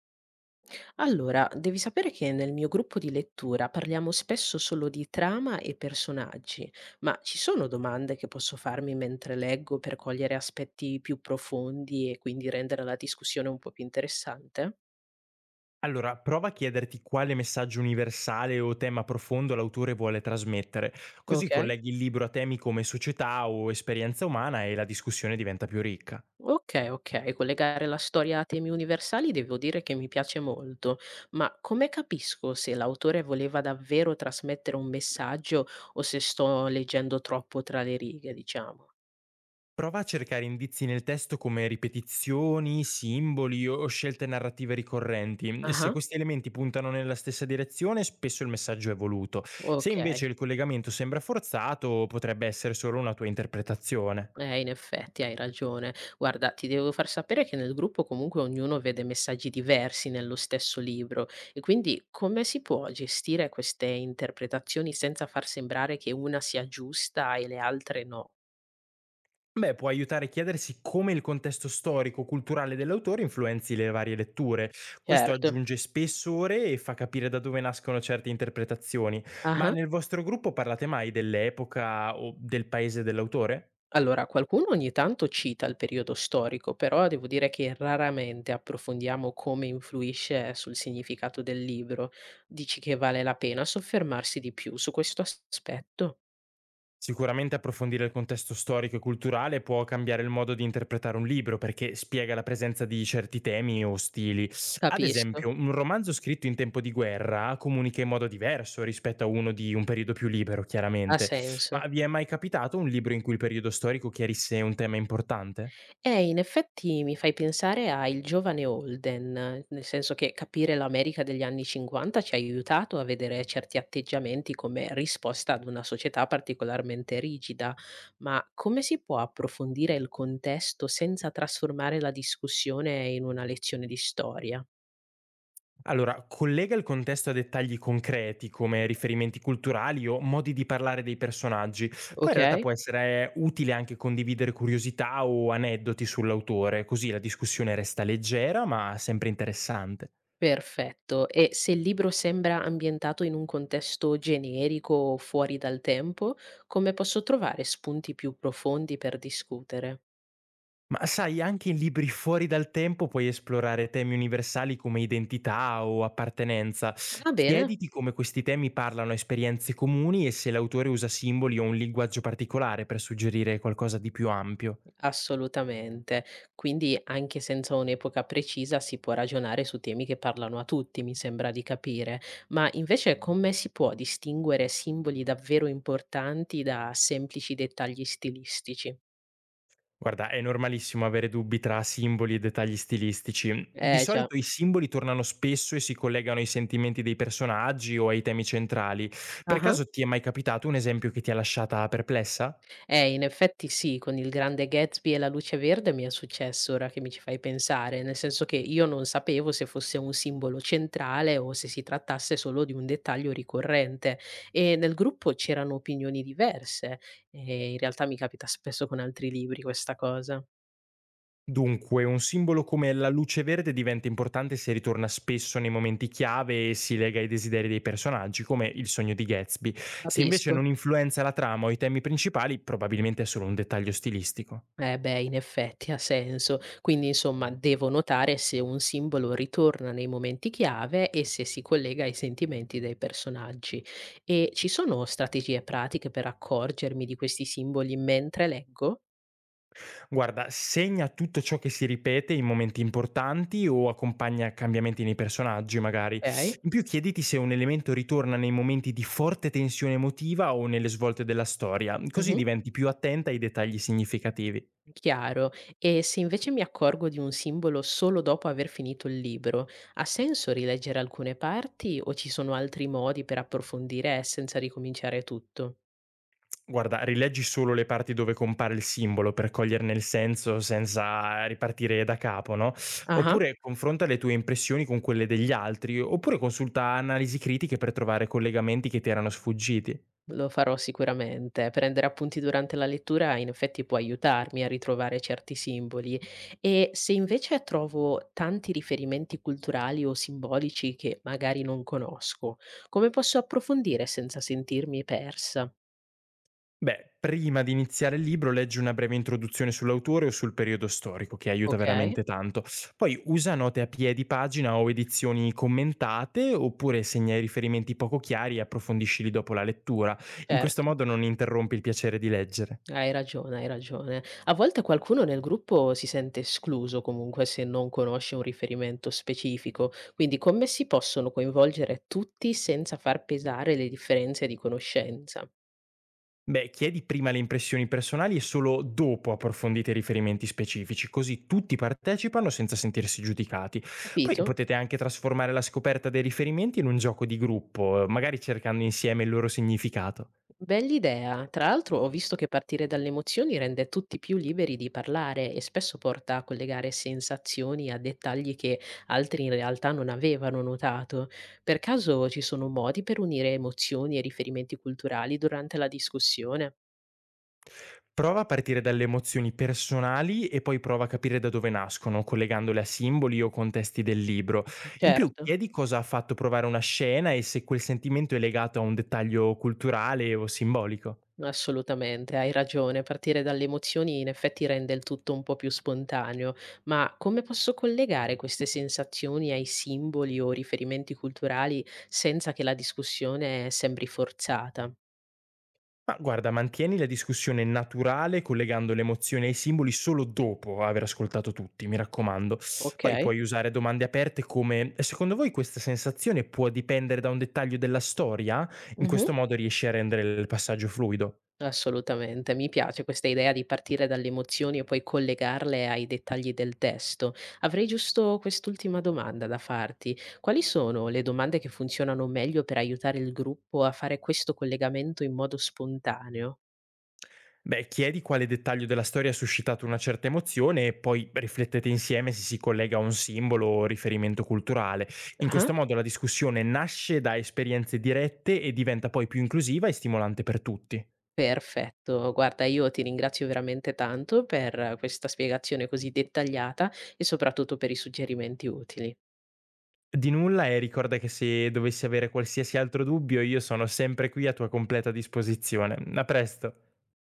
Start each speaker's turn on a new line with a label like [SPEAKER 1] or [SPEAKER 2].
[SPEAKER 1] Allora, devi sapere che nel mio gruppo di lettura parliamo spesso solo di trama e personaggi, ma ci sono domande che posso farmi mentre leggo per cogliere aspetti più profondi e quindi rendere la discussione un po' più interessante?
[SPEAKER 2] Allora, prova a chiederti quale messaggio universale o tema profondo l'autore vuole trasmettere, così
[SPEAKER 1] Ok?
[SPEAKER 2] colleghi il libro a temi come società o esperienza umana e la discussione diventa più ricca.
[SPEAKER 1] Ok, collegare la storia a temi universali devo dire che mi piace molto, ma come capisco se l'autore voleva davvero trasmettere un messaggio o se sto leggendo troppo tra le righe, diciamo?
[SPEAKER 2] Prova a cercare indizi nel testo come ripetizioni, simboli o scelte narrative ricorrenti. Se
[SPEAKER 1] Ah,
[SPEAKER 2] questi elementi puntano nella stessa direzione, spesso il messaggio è voluto. Se
[SPEAKER 1] ok.
[SPEAKER 2] invece il collegamento sembra forzato, potrebbe essere solo una tua interpretazione.
[SPEAKER 1] In effetti hai ragione. Guarda, ti devo far sapere che nel gruppo comunque ognuno vede messaggi diversi nello stesso libro e quindi come si può gestire queste interpretazioni senza far sembrare che una sia giusta e le altre no?
[SPEAKER 2] Beh, può aiutare a chiedersi come il contesto storico-culturale dell'autore influenzi le varie letture. Questo
[SPEAKER 1] Certo.
[SPEAKER 2] aggiunge spessore e fa capire da dove nascono certe interpretazioni. Ma
[SPEAKER 1] Ah.
[SPEAKER 2] nel vostro gruppo parlate mai dell'epoca o del paese dell'autore?
[SPEAKER 1] Allora, qualcuno ogni tanto cita il periodo storico, però devo dire che raramente approfondiamo come influisce sul significato del libro. Dici che vale la pena soffermarsi di più su questo aspetto?
[SPEAKER 2] Sicuramente approfondire il contesto storico e culturale può cambiare il modo di interpretare un libro perché spiega la presenza di certi temi o stili. Ad
[SPEAKER 1] Capisco,
[SPEAKER 2] esempio, un romanzo scritto in tempo di guerra comunica in modo diverso rispetto a uno di un periodo più libero,
[SPEAKER 1] ha
[SPEAKER 2] chiaramente.
[SPEAKER 1] senso.
[SPEAKER 2] Ma vi è mai capitato un libro in cui il periodo storico chiarisse un tema importante?
[SPEAKER 1] In effetti mi fai pensare a Il giovane Holden, nel senso che capire l'America degli anni 50 ci ha aiutato a vedere certi atteggiamenti come risposta ad una società particolarmente rigida, ma come si può approfondire il contesto senza trasformare la discussione in una lezione di storia?
[SPEAKER 2] Allora, collega il contesto a dettagli concreti come riferimenti culturali o modi di parlare dei personaggi. Poi
[SPEAKER 1] Ok?
[SPEAKER 2] in realtà può essere utile anche condividere curiosità o aneddoti sull'autore, così la discussione resta leggera ma sempre interessante.
[SPEAKER 1] Perfetto. E se il libro sembra ambientato in un contesto generico o fuori dal tempo, come posso trovare spunti più profondi per discutere?
[SPEAKER 2] Ma sai, anche in libri fuori dal tempo puoi esplorare temi universali come identità o appartenenza.
[SPEAKER 1] Va bene,
[SPEAKER 2] Chiediti come questi temi parlano a esperienze comuni e se l'autore usa simboli o un linguaggio particolare per suggerire qualcosa di più ampio.
[SPEAKER 1] assolutamente. Quindi anche senza un'epoca precisa si può ragionare su temi che parlano a tutti, mi sembra di capire. Ma invece come si può distinguere simboli davvero importanti da semplici dettagli stilistici?
[SPEAKER 2] Guarda, è normalissimo avere dubbi tra simboli e dettagli stilistici. Di
[SPEAKER 1] Eh già.
[SPEAKER 2] solito i simboli tornano spesso e si collegano ai sentimenti dei personaggi o ai temi centrali. Per caso ti è mai capitato un esempio che ti ha lasciata perplessa?
[SPEAKER 1] In effetti sì, con Il grande Gatsby e La luce verde mi è successo ora che mi ci fai pensare, nel senso che io non sapevo se fosse un simbolo centrale o se si trattasse solo di un dettaglio ricorrente e nel gruppo c'erano opinioni diverse e in realtà mi capita spesso con altri libri questa cosa.
[SPEAKER 2] Dunque, un simbolo come la luce verde diventa importante se ritorna spesso nei momenti chiave e si lega ai desideri dei personaggi, come il sogno di Gatsby. Se invece
[SPEAKER 1] Capisco.
[SPEAKER 2] non influenza la trama o i temi principali, probabilmente è solo un dettaglio stilistico.
[SPEAKER 1] In effetti ha senso. Quindi, insomma, devo notare se un simbolo ritorna nei momenti chiave e se si collega ai sentimenti dei personaggi. E ci sono strategie pratiche per accorgermi di questi simboli mentre leggo?
[SPEAKER 2] Guarda, segna tutto ciò che si ripete in momenti importanti o accompagna cambiamenti nei personaggi, magari.
[SPEAKER 1] Ok.
[SPEAKER 2] In più, chiediti se un elemento ritorna nei momenti di forte tensione emotiva o nelle svolte della storia, così
[SPEAKER 1] Mhm.
[SPEAKER 2] diventi più attenta ai dettagli significativi.
[SPEAKER 1] Chiaro. E se invece mi accorgo di un simbolo solo dopo aver finito il libro, ha senso rileggere alcune parti o ci sono altri modi per approfondire senza ricominciare tutto?
[SPEAKER 2] Guarda, rileggi solo le parti dove compare il simbolo per coglierne il senso senza ripartire da capo, no?
[SPEAKER 1] Ah.
[SPEAKER 2] Oppure confronta le tue impressioni con quelle degli altri, oppure consulta analisi critiche per trovare collegamenti che ti erano sfuggiti.
[SPEAKER 1] Lo farò sicuramente. Prendere appunti durante la lettura in effetti può aiutarmi a ritrovare certi simboli e se invece trovo tanti riferimenti culturali o simbolici che magari non conosco, come posso approfondire senza sentirmi persa?
[SPEAKER 2] Beh, prima di iniziare il libro leggi una breve introduzione sull'autore o sul periodo storico, che aiuta
[SPEAKER 1] Ok,
[SPEAKER 2] veramente tanto. Poi usa note a piedi pagina o edizioni commentate, oppure segna i riferimenti poco chiari e approfondiscili dopo la lettura. In questo
[SPEAKER 1] certo.
[SPEAKER 2] modo non interrompi il piacere di leggere.
[SPEAKER 1] Hai ragione, hai ragione. A volte qualcuno nel gruppo si sente escluso comunque se non conosce un riferimento specifico, quindi come si possono coinvolgere tutti senza far pesare le differenze di conoscenza?
[SPEAKER 2] Beh, chiedi prima le impressioni personali e solo dopo approfondite i riferimenti specifici, così tutti partecipano senza sentirsi giudicati. Poi
[SPEAKER 1] Capito?
[SPEAKER 2] potete anche trasformare la scoperta dei riferimenti in un gioco di gruppo, magari cercando insieme il loro significato.
[SPEAKER 1] Bell'idea. Tra l'altro ho visto che partire dalle emozioni rende tutti più liberi di parlare e spesso porta a collegare sensazioni a dettagli che altri in realtà non avevano notato. Per caso ci sono modi per unire emozioni e riferimenti culturali durante la discussione?
[SPEAKER 2] Prova a partire dalle emozioni personali e poi prova a capire da dove nascono, collegandole a simboli o contesti del libro. In più,
[SPEAKER 1] Certo.
[SPEAKER 2] chiedi cosa ha fatto provare una scena e se quel sentimento è legato a un dettaglio culturale o simbolico.
[SPEAKER 1] Assolutamente, hai ragione, partire dalle emozioni in effetti rende il tutto un po' più spontaneo, ma come posso collegare queste sensazioni ai simboli o riferimenti culturali senza che la discussione sembri forzata?
[SPEAKER 2] Ma guarda, mantieni la discussione naturale collegando le emozioni ai simboli solo dopo aver ascoltato tutti, mi raccomando. Poi
[SPEAKER 1] Ok.
[SPEAKER 2] puoi usare domande aperte come secondo voi questa sensazione può dipendere da un dettaglio della storia? In questo modo riesci a rendere il passaggio fluido.
[SPEAKER 1] Assolutamente, mi piace questa idea di partire dalle emozioni e poi collegarle ai dettagli del testo. Avrei giusto quest'ultima domanda da farti. Quali sono le domande che funzionano meglio per aiutare il gruppo a fare questo collegamento in modo spontaneo?
[SPEAKER 2] Beh, chiedi quale dettaglio della storia ha suscitato una certa emozione e poi riflettete insieme se si collega a un simbolo o riferimento culturale. In
[SPEAKER 1] Ah,
[SPEAKER 2] questo modo la discussione nasce da esperienze dirette e diventa poi più inclusiva e stimolante per tutti.
[SPEAKER 1] perfetto. Guarda, io ti ringrazio veramente tanto per questa spiegazione così dettagliata e soprattutto per i suggerimenti utili.
[SPEAKER 2] Di nulla e ricorda che se dovessi avere qualsiasi altro dubbio io sono sempre qui a tua completa disposizione. A presto.